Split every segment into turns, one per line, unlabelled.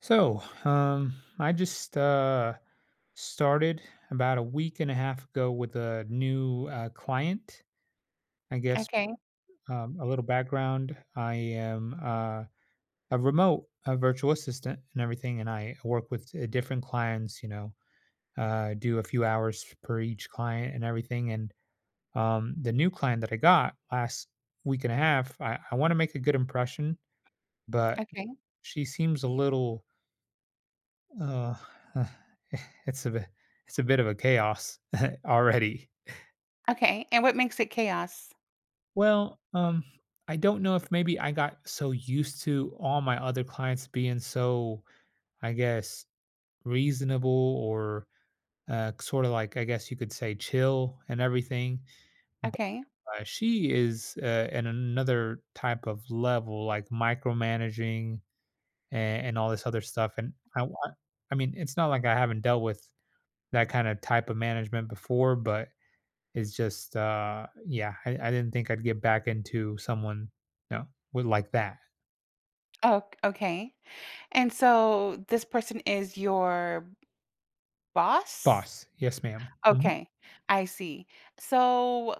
So I just started about a week and a half ago with a new client. I guess
Okay,
a little background. I am a remote virtual assistant and everything, and I work with different clients. Do a few hours per each client and everything. And the new client that I got last week and a half, I want to make a good impression, but
okay,
she seems a little. Oh, uh, it's a bit, it's a bit of a chaos already.
okay, and what makes it chaos?
Well, I don't know if maybe I got so used to all my other clients being so, I guess, reasonable or sort of like I guess you could say chill and everything. But
Okay.
she is in another type of level, like micromanaging and all this other stuff. And I mean, it's not like I haven't dealt with that kind of type of management before. But it's just, yeah, I didn't think I'd get back into someone, no, with like that.
Oh, okay, and so this person is your boss?
Boss, yes, ma'am. Mhm.
Okay, I see. So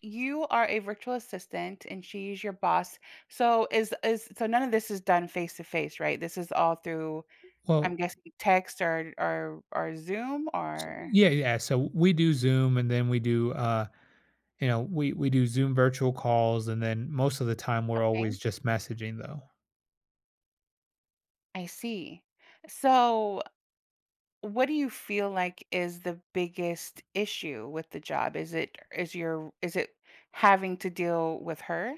you are a virtual assistant and she's your boss. So is so none of this is done face to face, right? This is all through,
Well,
I'm guessing, text or or Zoom or
yeah, yeah. So we do Zoom, and then we do, you know, we do Zoom virtual calls, and then most of the time we're
okay,
always just messaging though.
I see. So what do you feel like is the biggest issue with the job? Is it having to deal with her?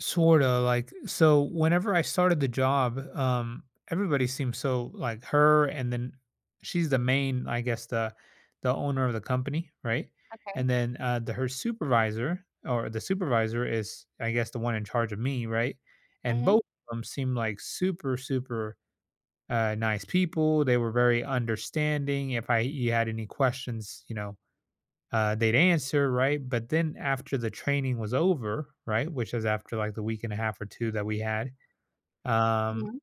Sorta, like, so whenever I started the job, everybody seemed so like her, and then she's the main, I guess, the owner of the company, right?
Okay.
And then the her supervisor, or the supervisor, is I guess the one in charge of me, right? And
Mhm.
both of them seemed like super, super nice people. They were very understanding. If I you had any questions, you know, they'd answer, right? But then after the training was over, right, which was after like the week and a half or two that we had, um,
Mhm.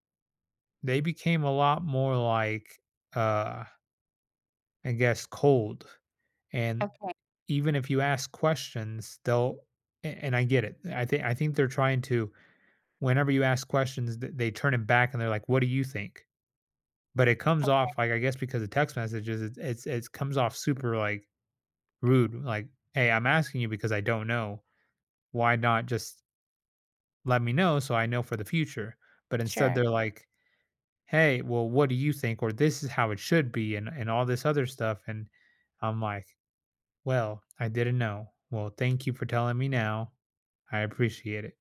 they became a lot more like, uh, I guess, cold. And
Okay.
even if you ask questions, they'll, and I get it. I think they're trying to. Whenever you ask questions, they turn it back and they're like, "What do you think?" But it comes off like, I guess because of text messages, it comes off super like rude. Like, "Hey, I'm asking you because I don't know." Why not just let me know so I know for the future? But instead
Sure.
they're like, hey, well, what do you think? Or this is how it should be, and all this other stuff. And I'm like, well, I didn't know. Well, thank you for telling me now. I appreciate it.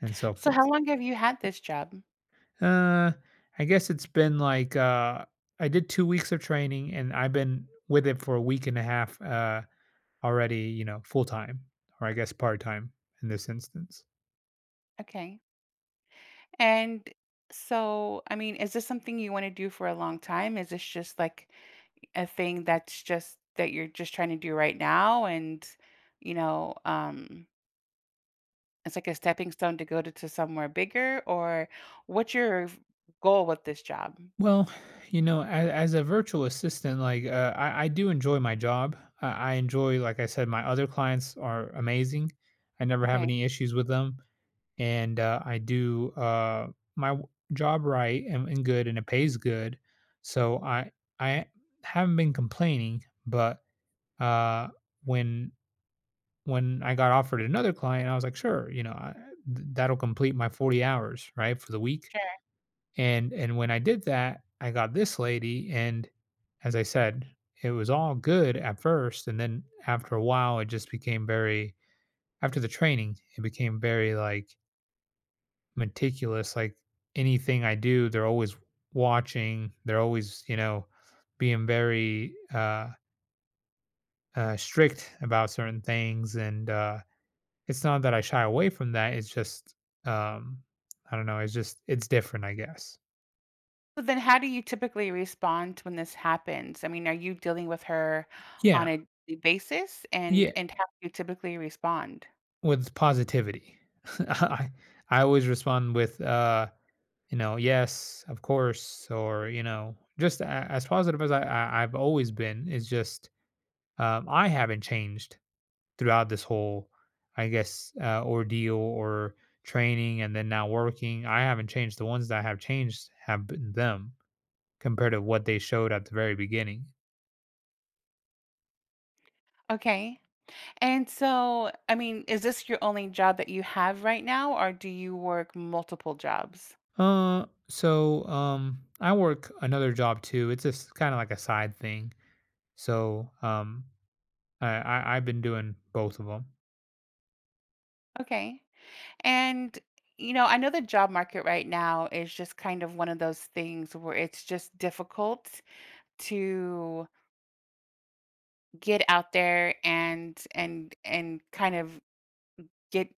And so
So how
forth.
long have you had this job?
Uh I guess it's been like I did 2 weeks of training, and I've been with it for a week and a half already, you know, full time, or I guess part time in this instance.
Okay. And so, I mean, is this something you want to do for a long time? Is this just like a thing that you're just trying to do right now and you know, um it's like a stepping stone to to somewhere bigger, or what's your goal with this job?
Well, you know, as a virtual assistant, like I do enjoy my job. I enjoy, like I said, my other clients are amazing. I never have
Okay,
any issues with them, and I do my job right and good, and it pays good. So I haven't been complaining, but uh, when when I got offered another client, I was like, sure, you know, that'll complete my 40 hours right for the week.
sure.
And when I did that, I got this lady, and as I said, it was all good at first, and then after a while, it just became very. After the training, it became very like meticulous. Like anything I do, they're always watching. They're always, you know, being very strict about certain things. And it's not that I shy away from that. It's just, um, I don't know. It's just, it's different, I guess.
So then how do you typically respond when this happens? I mean, are you dealing with her on
Yeah.
a daily basis, and
Yeah.
how do you typically respond?
With positivity. I I always respond with, you know, "Yes, of course," or, you know, just a as positive as I've always been. It's just, I haven't changed throughout this whole, I guess, ordeal or training and then now working. I haven't changed. The ones that I have changed have been them compared to what they showed at the very beginning.
Okay. And so, I mean, is this your only job that you have right now, or do you work multiple jobs?
I work another job too. It's just kinda like a side thing. So, I've been doing both of them.
Okay. And you know, I know the job market right now is just kind of one of those things where it's just difficult to get out there and kind of get,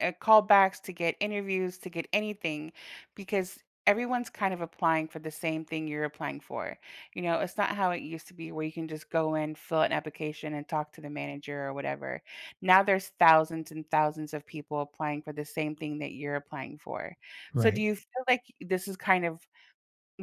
callbacks, to get interviews, to get anything, because everyone's kind of applying for the same thing you're applying for. You know, it's not how it used to be where you can just go in, fill out an application, and talk to the manager or whatever. Now there's thousands and thousands of people applying for the same thing that you're applying for. So do
Right.
you feel like this is kind of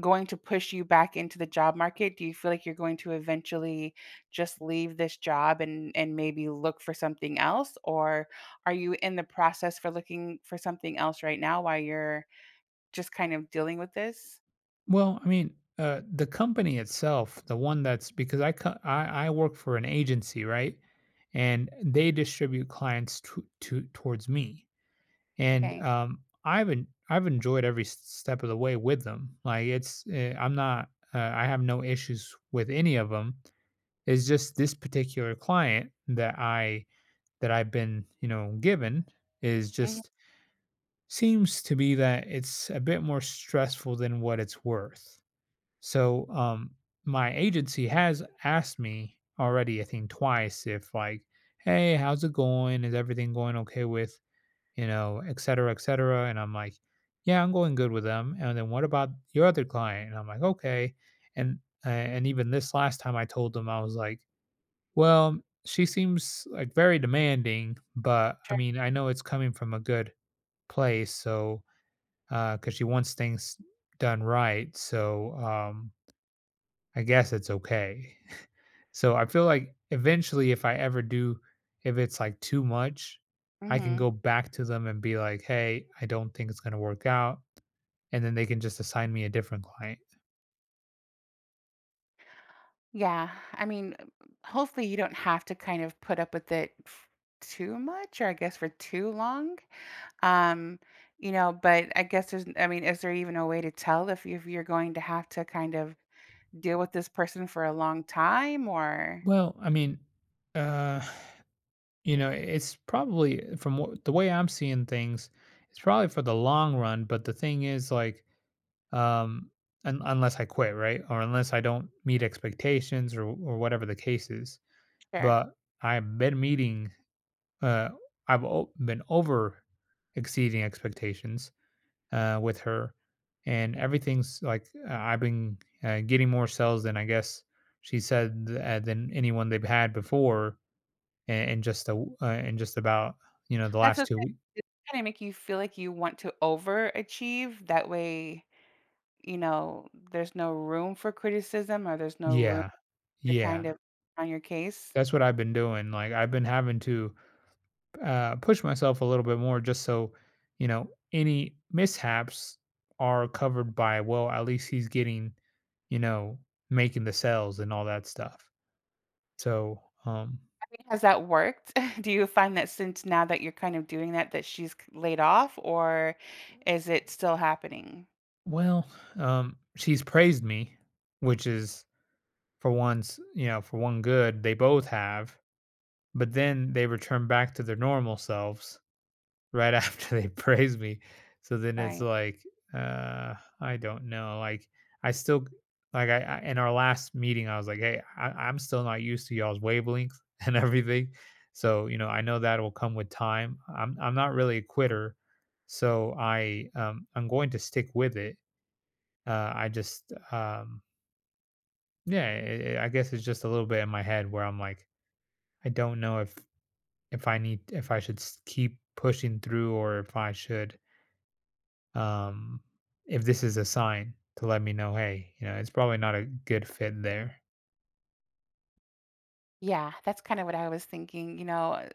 going to push you back into the job market? Do you feel like you're going to eventually just leave this job and maybe look for something else, or are you in the process for looking for something else right now while you're just kind of dealing with this?
Well, I mean, the company itself, the one that's because I, co- I work for an agency, right? And they distribute clients to towards me, and
Okay.
I've enjoyed every step of the way with them. Like it's I'm not I have no issues with any of them. It's just this particular client that I've been, you know, given, is
Mhm.
just seems to be that it's a bit more stressful than what it's worth. So, my agency has asked me already, I think twice, if like, hey, how's it going? Is everything going okay with, you know, et cetera, et cetera? And I'm like, yeah, I'm going good with them. And then what about your other client? And I'm like, okay. And and even this last time I told them, I was like, well, she seems like very demanding, but I mean, I know it's coming from a good place, so. Because she wants things done right, so, I guess it's okay. So, I feel like eventually if I ever do, if it's, like, too much, I can
Mhm.
go back to them and be like, "Hey, I don't think it's gonna work out," and then they can just assign me a different client.
Yeah. I mean, hopefully you don't have to kind of put up with too much, or I guess for too long. Um, you know, but I guess there's I mean, is there even a way to tell if you if you're going to have to kind of deal with this person for a long time or
Well, I mean, uh, you know, it's probably from what the way I'm seeing things, it's probably for the long run, but the thing is, like, um, unless I quit, right? Or unless I don't meet expectations, or whatever the case is.
sure.
But I've been meeting, uh, been over exceeding expectations with her. And everything's like I've been getting more sales than I guess she said than anyone they've had before, and just and just about, you know, the
That's
last
okay.
2 weeks.
It kinda make you feel like you want to overachieve, that way, you know, there's no room for criticism, or there's no room
Yeah,
to kind
yeah,
of on your case.
that's what I've been doing. Like I've been having to push myself a little bit more just so, you know, any mishaps are covered by, well, at least he's getting, you know, making the sales and all that stuff, so
I mean, has that worked? Do you find that since now that you're kind of doing that, that she's k laid off, or is it still happening?
well she's praised me, which is, for once, you know, for one good they both have. But then they return back to their normal selves, right, after they praise me. So then it's
Right.
like, I don't know. Like I still, like, I in our last meeting, I was like, hey, I'm still not used to y'all's wavelength and everything. So you know, I know that will come with time. I'm not really a quitter, so I I'm going to stick with it. I just yeah, I guess it's just a little bit in my head where I'm like, I don't know if I need if I should keep pushing through, or if I should, um, if this is a sign to let me know, hey, you know, it's probably not a good fit there.
Yeah, that's kinda what I was thinking, you know,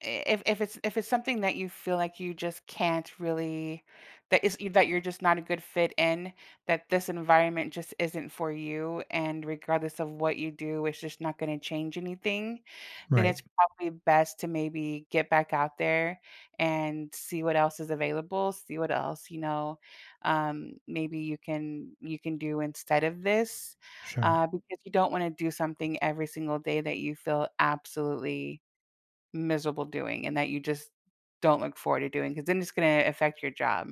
if if it's something that you feel like you just can't really that is that you're just not a good fit in that this environment just isn't for you, and regardless of what you do it's just not going to change anything, then
Right.
it's probably best to maybe get back out there and see what else is available, see what else, you know, maybe you can do instead of this
Sure.
because you don't want to do something every single day that you feel absolutely miserable doing and that you just don't look forward to doing, because then it's going to affect your job.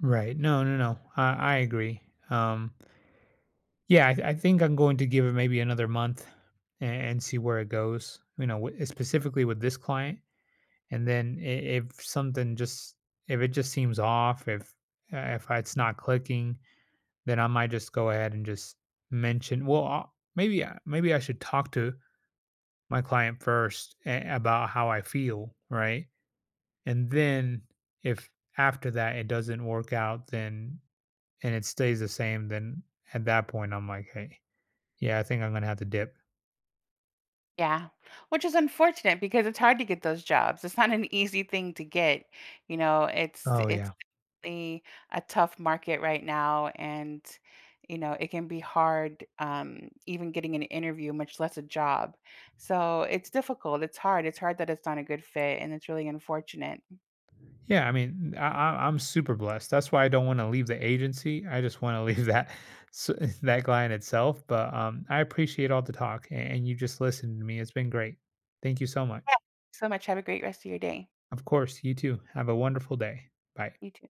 Right. No, no, no. I agree. Um, yeah, I think I'm going to give it maybe another month and see where it goes. You know, specifically with this client, and then if something just, if it just seems off, if it's not clicking, then I might just go ahead and just mention. Well, maybe I should talk to my client first about how I feel, right? And then if after that it doesn't work out, then and it stays the same, then at that point I'm like, hey, yeah, I think I'm gonna have to dip.
Yeah, which is unfortunate because it's hard to get those jobs. It's not an easy thing to get. You know, it's
Oh
it's
yeah,
a, a tough market right now, and you know it can be hard, even getting an interview, much less a job. So it's difficult. It's hard. It's hard that it's not a good fit, and it's really unfortunate.
yeah. I mean, I'm super blessed. That's why I don't want to leave the agency. I just want to leave that s- that client itself. But I appreciate all the talk, and you just listened to me. It's been great. Thank you so
Yeah.
much.
So much. Have a great rest of your day.
Of course, you too. Have a wonderful day. Bye.
You too.